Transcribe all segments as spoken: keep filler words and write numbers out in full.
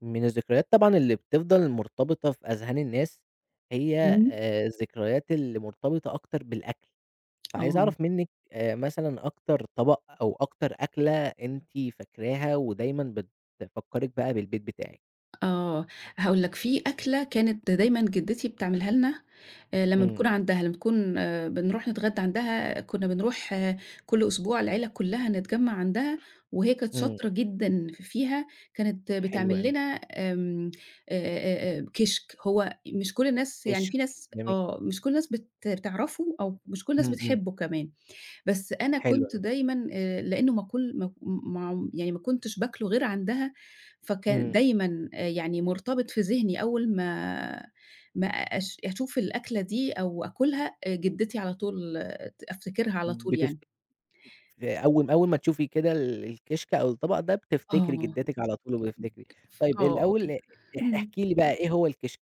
من الذكريات طبعًا اللي بتفضل مرتبطة في أذهان الناس، هي إمم، آآ الذكريات اللي مرتبطة أكتر بالأكل، فعايز آه، أعرف منِّك آآ مثلًا أكتر طبق أو أكتر أكلة أنتِ فاكراها ودايمًا بتفكّرِك بقى بالبيت بتاعِك؟ آه، هاقول لك في أكلة كانت دايمًا جدتي بتعملها لنا آآ لمّا إمم، بنكون عندها، لمّا نكون آآ، بنروح نتغدى عندها، كنا بنروح آه، كل أسبوع العيلة كلها نتجمّع عندها، وهي كانت إمم، شاطرة جدًا ف فيها، كانت حلو بتعمل أوي، لنا آمم آآ آآ آآ كشك، هو مش كل الناس يعني كشك، في ناس جميل، آه، مش كل الناس بت بتعرفه أو مش كل الناس إمم، إمم، بتحبه كمان. بس أنا حلو كنت أوي، دايمًا آآ لإنه ما كل ما ما يعني ما كنتش باكله غير عندها، فكان إمم، دايمًا آآ يعني مرتبط في ذهني أول ما ما أش أشوف الأكلة دي أو آكلها، آآ جدتي على طول ت أفتكرها على طول بتفت يعني. أول أول ما تشوفي كده ال الكشك أو الطبق ده بتفتكري آه، جدتِك على طول وبتفتكري، طيب آه، الأول أ إمم. احكي لي بقى إيه هو الكشك؟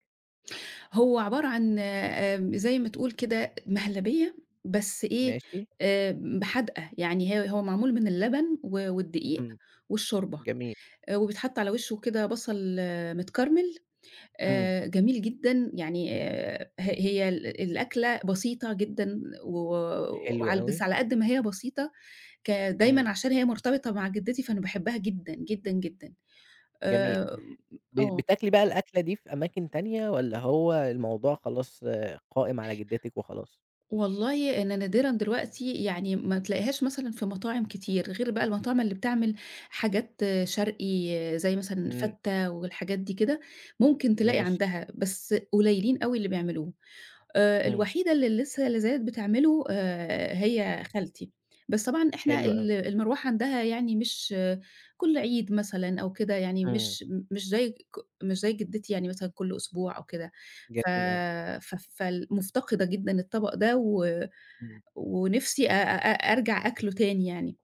هو عبارة عن آمم زي ما تقول كده مهلبية، بس إيه، ماشي، آآ حادقة، يعني هي هو معمول من اللبن و والدقيق إمم. والشوربة. جميل، آآ وبيتحط على وشه كده بصل آه، متكرمل، إمم، آآ جميل جدًا، يعني آآ ه هي ال الأكلة بسيطة جدًا و حلو وعلى أوي، بس على قد ما هي بسيطة ك دايمًا إمم، عشان هي مرتبطة مع جدتي، فأنا باحبها جدًا، جدًا، جدًا. جميل. آآ ب آه. بتاكلي بقى الأكلة دي في أماكن تانية والّا هو الموضوع خلاص قائم على جدتِك وخلاص؟ والله أنا نادرًا دلوقتي يعني ما تلاقيهاش مثلًا في مطاعم كتير، غير بقى المطاعم اللي بتعمل حاجات شرقي آه، زي مثلًا إمم، فتّة والحاجات دي كده، ممكن تلاقي ماشي، عندها، بس قليلين أوي اللي بيعملوه. آآ إمم، الوحيدة اللي لسه لا زالت بتعمله آآ هي خالتي، بس طبعًا إحنا حلو أوي، ال المروحة عندها يعني مش كل عيد مثلًا أو كده، يعني إمم، مش مش زي ك مش زي جدتي يعني مثلًا كل أسبوع أو كده، ف جميل أوي، ف فال مفتقدة جدًا الطبق ده و إمم، ونِفْسي أ أ أرجع أكله تاني يعني.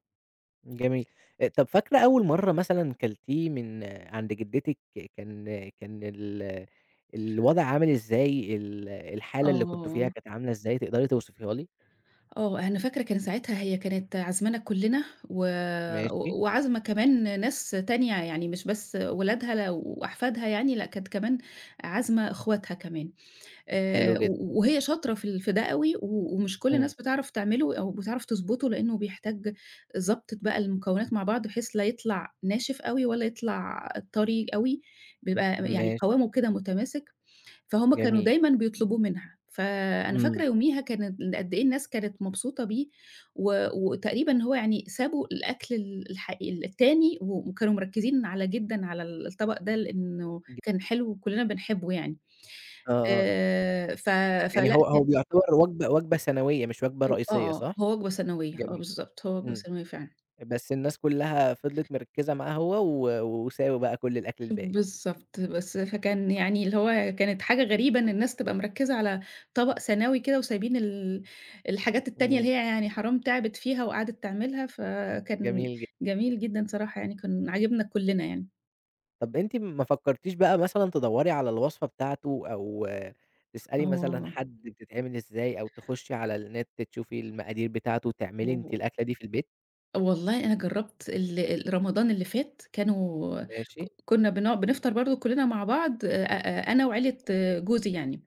جميل. آآ، طب فاكرة أول مرّة مثلًا كلتيه من عند جدتِك كان كان ال الوضع عامل إزاي، ال الحالة اللي كنتم فيها آه. كانت عاملة إزاي، تقدري توصفيها لي؟ آه، أنا فاكرة كان ساعتها هي كانت عازمانا كُلّنا و و ماشي، وعازمة كمان ناس تانية، يعني مش بس ولادها ل وأحفادها يعني، لأ كانت كمان عازمة إخواتها كمان، حلو آآ، جدًا، و وهي شاطرة في ال في ده أوي و ومش كل إمم، الناس بتعرف تعمله أو بتعرف تضبطه، لإنه بيحتاج ضبطة بقى المكونات مع بعض، بحيث لا يطلع ناشف أوي ولا يطلع طري أوي، بيبقى يعني ماشي، قوامه كده متماسك. فهُم كانوا جميل، دايمًا بيطلبوه منها، فأنا فاكرة إمم. يوميها كانت قد إيه الناس كانت مبسوطة بيه، و وتقريبًا هو يعني سابوا الأكل ال الحقيقي التاني و وكانوا مركّزين على جدًا على ال الطبق ده لإنه ج كان حلو وكلّنا بنحبه يعني، آه، آه، آآ ف يعني فلأ هو هو كان بيعتبر وجبة وجبة سنوية مش وجبة آه، رئيسية آه، صح؟ هو وجبة ثانوية، آه جميل، بالضبط، هو وجبة إمم، ثانوية فعلًا. بس الناس كلّها فضلت مركّزة معاه هو و وساوى بقى كل الأكل الباقي، بالضبط، بس فكان يعني اللي هو كانت حاجة غريبة إن الناس تبقى مركّزة على طبق ثانوي كده وسايبين ال الحاجات التانية اللي إمم، هي يعني حرام تعبِت فيها وقعدِت تعملها، فكان جميل جدًا، جميل جدًا صراحة يعني كان عاجبنا كُلّنا يعني. طَب أنتِ ما فكّرتيش بقى مثلًا تدوّري على الوصفة بتاعته أو تسألي مثلًا آه، حد بتتعمل إزاي أو تخشّي على النت تشوفي المقادير بتاعته وتعملي أنتِ و الأكلة دي في البيت؟ والله أنا جرّبت ال ال رمضان اللي فات كانوا ك ماشي، كُنّا بنقع بنفطر برضه كُلّنا مع بعض أ أ أنا وعيلة جوزي يعني.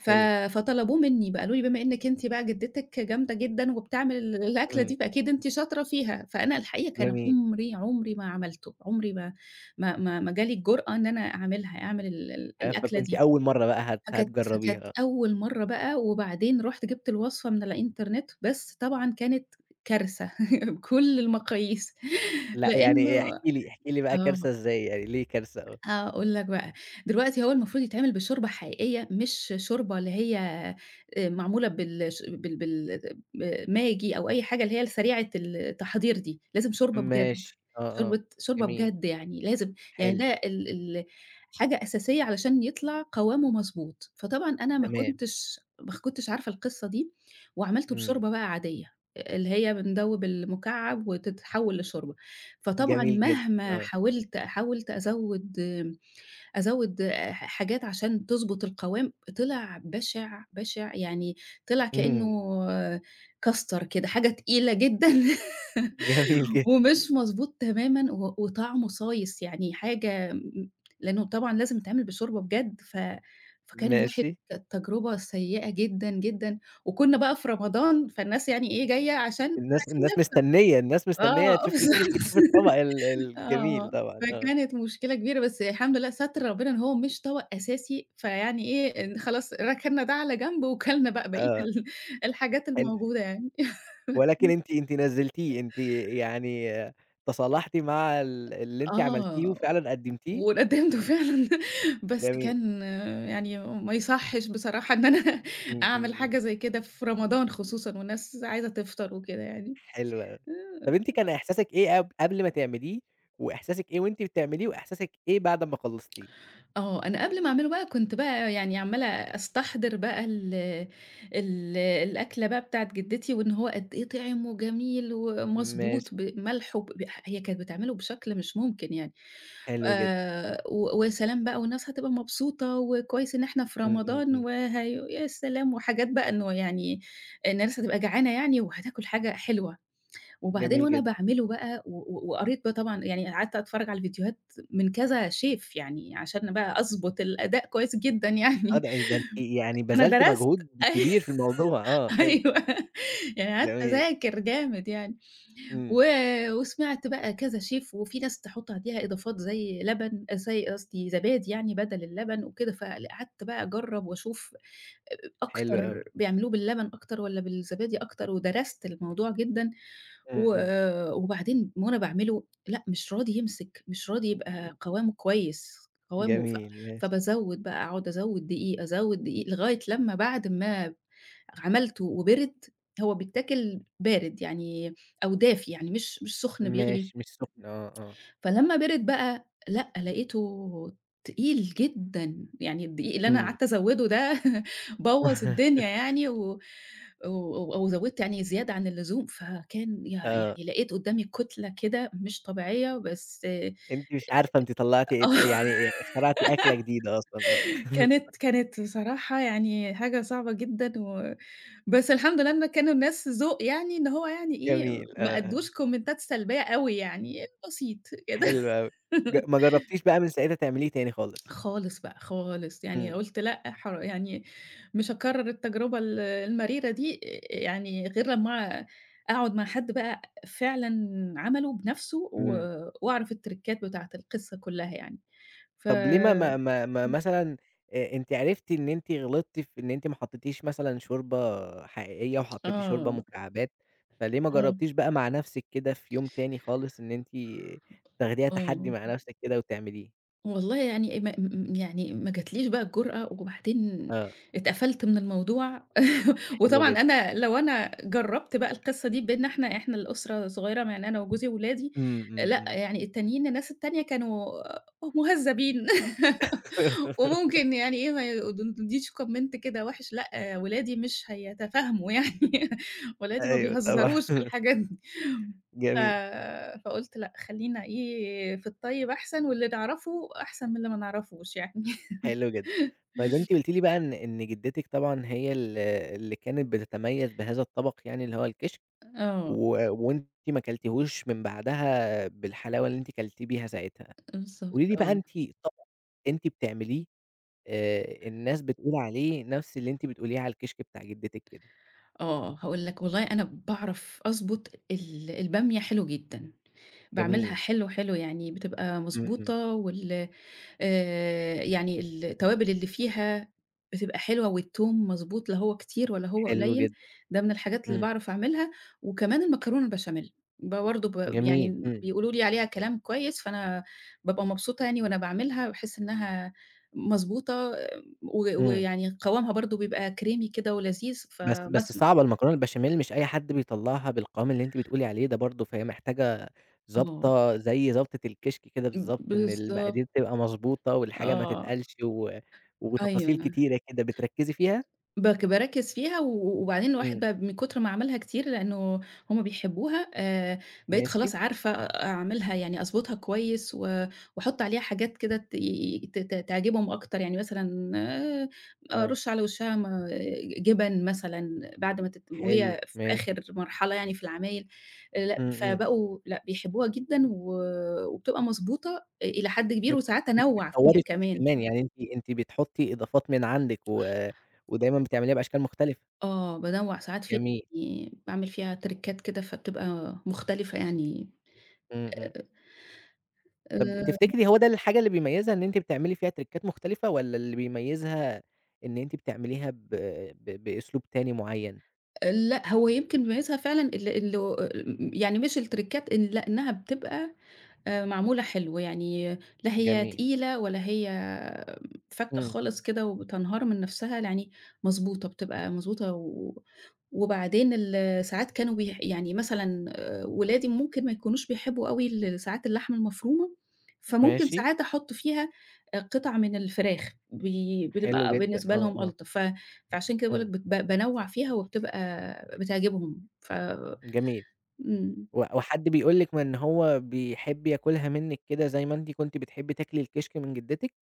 ف حلو، فطلبوه منّي بقى، قالوا لي: "بما إنِّك أنتِ بقى جدتِك جامدة جدًا وبتعمل ال الأكلة إمم، دي، فأكيد أنتِ شاطرة فيها." فأنا الحقيقة كان جميل، عمري، عمري ما عملته، عمري ما ما ما ما جه لي الجرأة إن أنا أعملها، أعمل ال ال آآ، الأكلة فكنتِ دي. أول مرّة بقى هت فكانت فكانت هتجرّبيها، آه. أول مرّة بقى، وبعدين رُحت جِبت الوصفة من على الإنترنت، بس طبعًا كانت كارثة بكل المقاييس، لأ، يعني احكِ لإنه لي احكِ لي بقى كارثة آه. إزاي، يعني ليه كارثة آه، هاقول لك بقى، دلوقتي هو المفروض يتعمل بشوربة حقيقية مش شوربة اللي هي آآ معمولة بال ش بال بال ب ماجي أو أي حاجة اللي هي سريعة التحضير دي، لازم شوربة بجد، ماشي، آه، آه، شوربة شوربة جميل، بجد يعني لازم يعني حلو، ده ال ال حاجة أساسية علشان يطلع قوامه مضبوط، فطبعًا أنا ما تمام، كنتش ما كنتش عارفة القصة دي، وعملته إمم، بشوربة بقى عادية، اللي هي بندوب المكعب وتتحول لشوربة، فطبعًا جميل جدًا، مهما آه، حاولت حاولت أزوّد أزوّد آآ ح حاجات عشان تضبط القوام، طلع بشع، بشع، يعني طلع كإنه إمم، آه، كاستر كده، حاجة تقيلة جدًا جميل جدًا، ومش مضبوط تمامًا و وطعمه صايص، يعني حاجة م لإنه طبعًا لازم يتعمل بشوربة بجد، ف فكان واحد ماشي، كانت تجربة سيئة جدًا، جدًا، وكنا بقى في رمضان، فالناس يعني إيه جاية عشان الناس عايزين الناس ناكل مستنية، الناس مستنية آه تشوف الكشك، بالضبط. تشوف الطبق ال الجميل آه، طبعًا، آه، فكانت مشكلة كبيرة، بس الحمد لله ستر ربنا إن هو مش طبق أساسي، فيعني إيه، إن خلاص ركننا ده على جنب وكلنا بقى بقية آه، ال الحاجات حلو، الموجودة يعني. ولكن أنتِ أنتِ نزّلتيه، أنتِ يعني تصالحتِ مع ال اللي أنتِ عملتيه آه، وفعلًا قدّمتيه؟ وندمت فعلًا، بس جميل، كان يعني ما يصحّش بصراحة إن أنا إمم، إمم، أعمل إمم. حاجة زي كده في رمضان خصوصًا والناس عايزة تفطر وكده يعني. حلو أوي. طب آه. أنتِ كان إحساسِك إيه قب قبل ما تعمليه، وإحساسِك إيه وأنتِ بتعمليه، وإحساسِك إيه بعد أمّا خلّصتيه؟ آه، أنا قبل ما أعمله بقى كنت بقى يعني عمّالة أستحضر بقى ال ال الأكلة بقى بتاعة جدتي، وإن هو قد إيه طِعِم وجميل ماشي، ومضبوط بملح وب ب هي كانت بتعمله بشكل مش ممكن يعني، حلو جدًا. آآ، و ويا سلام بقى والناس هتبقى مبسوطة وكويس إن إحنا في إمم، إمم، رمضان إمم. وهي يا سلام وحاجات بقى إنه يعني الناس هتبقى جعانة يعني وهتاكل حاجة حلوة. وبعدين جميل وأنا جدًا. باعمله بقى و و وقريت بقى طبعًا يعني قعدت أتفرّج على الفيديوهات من كذا شيف يعني عشان بقى أضبط الأداء كويس جدًا آه، يعني، ده ده أنتِ يعني أنا بذلتِ درست مجهود أيوه كبير في الموضوع آه، حلو، أيوه يعني قعدت جميل. أذاكر جامد يعني، إمم. و وسمعت بقى كذا شيف وفي ناس تحُط عليها إضافات زي لبن زي قصدي زبادي يعني بدل اللبن وكده، فقعدت بقى أجرّب وأشوف أ حلو أوي. أكتر بيعملوه باللبن أكتر والّا بالزبادي أكتر، ودرست الموضوع جدًا إمم، و إمم. آآ وبعدين وأنا باعمله لأ، مش راضي يمسك، مش راضي يبقى قوامه كويس، قوامه ف جميل ماشي. فبازوّد بقى أقعد أزوّد دقيق، أزوّد دقيق، لغاية لمّا بعد ما عملته وبِرِد هو بيتاكل بارد يعني أو دافي يعني مش مش سخن بيغلي ماشي، مش سخنة آه، آه. فلمّا بِرِد بقى، لأ، لقيته تقيل جدًا، يعني الدقيق اللي أنا إمم. قعدت أزوّده ده بوّظ الدنيا يعني و و و وزوّدت يعني زيادة عن اللزوم، فكان يع آه. يعني لقيت قدّامي كُتلة كده مش طبيعية، بس أنتِ مش عارفة أنتِ طلّعتِ إيه ط آه، يعني اخترعتِ أكلة جديدة أصلًا آه. كانت كانت بصراحة يعني حاجة صعبة جدًا و بس الحمد لله إن كانوا الناس ذوق يعني، إن هو يعني إيه، جميل، ما آه، آه. أدّوش كومنتات سلبية أوي يعني، بسيط كده. حلو أوي. ج ما جرّبتيش بقى من ساعتها تعمليه تاني خالص؟ خالص بقى، خالص، يعني إمم، قُلت لأ حر يعني مش هاكرّر التجربة ال المريرة دي آآ يعني غير لمّا أقعد مع حد بقى فعلًا عمله بنَفْسه و إمم. وأعرف التريكات بتاعة القصة كُلّها يعني. ف طب ليه ما ما ما ما إمم. مثلًا آآ أنتِ عرفتِ إن أنتِ غلطتِ في إن أنتِ ما حطّيتيش مثلًا شوربة حقيقية وحطّيتِ شوربة آه، مكعبات، فليه ما آه، جرّبتيش بقى مع نَفْسِك كده في يوم تاني خالص إن أنتِ تاخديها تحدّي آه. مع نَفْسِك كده وتعمليه؟ والله يعني إيه، ما م م يعني ما جاتليش بقى الجرأة، وبعدين آه، اتقفلت من الموضوع حلو وطبعًا جدًا. أنا لو أنا جرّبت بقى القصة دي بيننا إحنا إحنا الأسرة صغيرة م يعني أنا وجوزي وولادي، إمم، إمم، لأ إمم. يعني التانيين الناس التانية كانوا مهذبين وممكن يعني إيه ما يدندونيش comment كده وِحِش، لأ ولادي مش هيتفاهموا يعني ولادي ما أيوه طبعًا، بيهزروش في الحاجات دي. ف جميل. فقُلت لأ، خلّينا إيه، في الطيب أحسن واللي نعرفه أحسن من اللي ما نعرفوش يعني. حلو جدًا. طيب أنتِ قُلتِ لي بقى إن إن جدتِك طبعًا هي ال اللي كانت بتتميّز بهذا الطبق يعني اللي هو الكشك آه، و وأنتِ ما كلتيهوش من بعدها بالحلاوة اللي أنتِ كلتيه بيها ساعتها. بالضبط قولي لي بقى آه، أنتِ طبق أنتِ بتعمليه آآ الناس بتقول عليه نفس اللي أنتِ بتقوليه على الكشك بتاع جدتِك كده. آه، هاقول لك والله أنا باعرف أضبط ال البامية حلو جدًا، باعملها جميل. حلو، حلو يعني بتبقى إمم، إمم. مضبوطة وال آآ يعني التوابل اللي فيها بتبقى حلوة والتوم مضبوط لا هو كتير ولا هو حلو قليل، جدًا. ده من الحاجات اللي إمم. باعرف أعملها، وكمان المكرونة البشاميل، ب برضه ب جميل. يعني إمم. بيقولوا لي عليها كلام كويس، فأنا بابقى مبسوطة يعني وأنا باعملها، باحس إنها مضبوطة و إمم. ويعني قوامها برضه بيبقى كريمي كده ولذيذ، بس بس فباسمع صعبة المكرونة البشاميل مش أي حد بيطلّعها بالقوام اللي أنتِ بتقولي عليه ده برضه، فهي محتاجة آه، ضبطة زي ضبطة الكشك كده بالضبط، إن بالضبط، المقادير تبقى مضبوطة والحاجة ما آه، تتقلش و وتفاصيل أيوه. كتيرة كده، بتركّزي فيها؟ باك باركّز فيها و وبعدين الواحد إمم، بقى من كتر ما عملها كتير لإنه هُم بيحبوها آآ، بقيت خلاص ماشي، عارفة أعملها يعني أضبطها كويس و وأحط عليها حاجات كده ت ت ت تعجبهم أكتر، يعني مثلًا آآ، آه، أرُش على وشها م جبن مثلًا بعد ما تت حلو، وهي في ماشي، آخر مرحلة يعني في العمايل آآ، لأ إمم، إمم، فبقوا لأ بيحبوها جدًا و وبتبقى مضبوطة إلى حد كبير وأنتِ وساعات وأنتِ أنوّع فيها بتطوّري فيها كمان كمان، يعني أنتِ أنتِ بتحطّي إضافات من عندِك و ودايمًا بتعمليها بأشكال مختلفة، آه، بانوّع ساعات فيها جميل، يعني باعمل فيها تريكات كده فبتبقى مختلفة يعني إمم، إمم. طب آآ، تفتكري هو ده الحاجة اللي بيميزها إن أنتِ بتعملي فيها تريكات مختلفة، والّا اللي بيميزها إن أنتِ بتعمليها ب ب بأسلوب تاني معين؟ آآ، لأ هو يمكن بيميّزها فعلًا ال ال يعني مش التريكات إن لأنها بتبقى آآ معمولة حلو، يعني لا هي جميل، تقيلة ولا هي فكّة إمم، خالص كده وبتنهار من نَفْسها، يعني مضبوطة، بتبقى مضبوطة و وبعدين ال ساعات كانوا بيح يعني مثلًا آآ ولادي ممكن ما يكونوش بيحبّوا أوي ال ساعات اللحمة المفرومة، فممكن ماشي، ساعات أحُط فيها آآ قطع من الفراخ، بي حلو بتبقى جدًا، بالنسبة آه، لهم آه، ألطف، ف فعشان كده باقول لك إمم، بت ب بانوّع فيها وبتبقى بتعجبهم، ف جميل، إمم. و وحد بيقول لِك إن هو بيحب ياكلها منِّك كده زي ما أنتِ كنتِ بتحبي تاكلي الكشك من جدتِك؟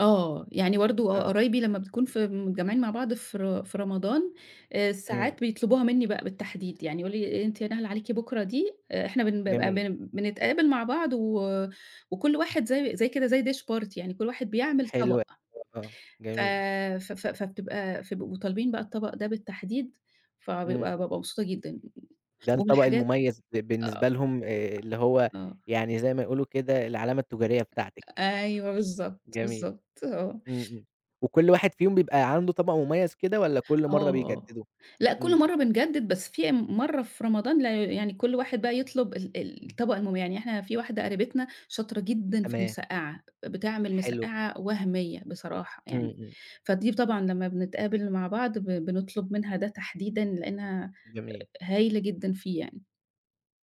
آه، يعني برضه ق آه، قرايبي لمّا بنكون في متجمّعين مع بعض في ر في رمضان، آآ إمم، ساعات بيطلبوها منّي بقى بالتحديد، يعني يقولوا لي إيه، أنتِ يا نهلة عليكِ بُكرة دي آآ إحنا بنبقى جميل، بن بنتقابل مع بعض و وكل واحد زي زي كده زي dish party يعني كل واحد بيعمل حلو طبق، أوي، آه، آه. ف جميل، ف ف فبتبقى فبيبقوا طالبين بقى الطبق ده بالتحديد، إمم، فبيبقى بابقى مبسوطة جدًا. ده ومن الطبق الحاجات المميز ب آه، بالنسبة لهم آآ، اللي هو آه. يعني زي ما يقولوا كده العلامة التجارية بتاعتِك، أيوه بالضبط، جميل. بالضبط، آه. إمم، إمم. وكل واحد فيهم بيبقى عنده طبق مميز كده والّا كل مرّة آه، بيجددوا؟ لأ كل إمم، مرّة بنجدد بس في مرّة في رمضان لا يعني كل واحد بقى يطلب ال ال الطبق المم يعني إحنا في واحدة قريبتنا شاطرة جدًا في تمام، المسقعة، بتعمل حلو. مسقعة وهمية بصراحة إمم، يعني، إمم، فدي طبعًا لمّا بنتقابل مع بعض ب بنطلب منها ده تحديدًا لأنها جميل. هايلة جدًا فيه يعني.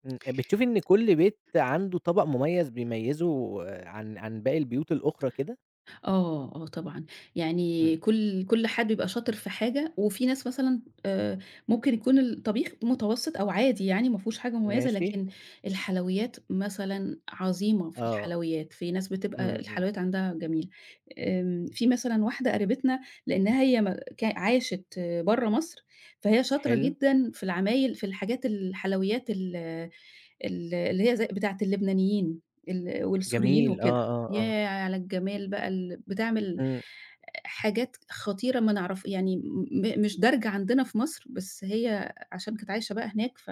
إمم، بتشوفي إن كل بيت عنده طبق مميز بيميزه عن عن باقي البيوت الأخرى كده؟ آه، آه طبعًا، يعني إمم، كل كل حد بيبقى شاطر في حاجة، وفي ناس مثلًا آآ ممكن يكون الطبيخ متوسط أو عادي يعني ما فيهوش حاجة مميزة، ماشي، لكن الحلويات مثلًا عظيمة في آه، الحلويات، في ناس بتبقى إمم، إمم، الحلويات عندها جميلة. آمم، في مثلًا واحدة قريبتنا لإنها هي م ك عاشت برّه مصر، فهي شاطرة حلو، جدًا في العمايل في الحاجات الحلويات ال ال اللي هي زي بتاعة اللبنانيين ال والسوريين جميل، وكده، آه، آه، آه، ياه على الجمال بقى ال بتعمل إمم، حاجات خطيرة ما نعرف يعني م مش دارجة عندنا في مصر، بس هي عشان كانت عايشة بقى هناك ف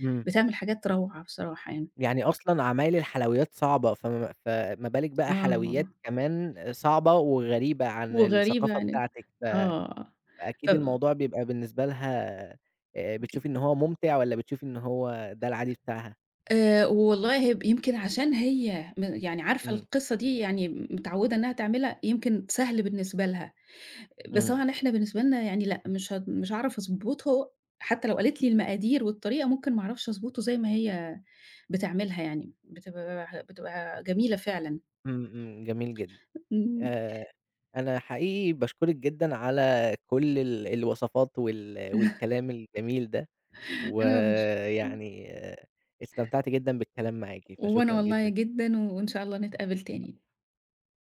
إمم. بتعمل حاجات روعة بصراحة يعني. يعني أصلًا عمايل الحلويات صعبة، فما فما بالِك بقى حلويات آه، كمان صعبة وغريبة عن وغريبة الثقافة عن بتاعتِك ف آه، ف فأكيد الموضوع بيبقى بالنسبة لها آآ بتشوفي إن هو ممتع والّا بتشوفي إن هو ده العادي بتاعها؟ آآ والله هي ب يمكن عشان هي م يعني عارفة إمم، القصة دي يعني متعودة إنها تعملها، يمكن سهل بالنسبة لها. بس إمم. طبعًا إحنا بالنسبة لنا يعني لأ، مش هت مش هاعرف أضبطه حتى لو قالت لي المقادير والطريقة ممكن ما أعرفش أضبطه زي ما هي بتعملها يعني، بتبقى بتبقى جميلة فعلًا. إمم، إمم، جميل جدًا. إمم، آآ أنا حقيقي باشكرِك جدًا على كل ال الوصفات وال والكلام الجميل ده، أنا مش إمم، ويعني استمتعت جدًا بالكلام معاكِ، وأنا فشكرًا والله جدًا. جدًا، وإن شاء الله نتقابل تاني.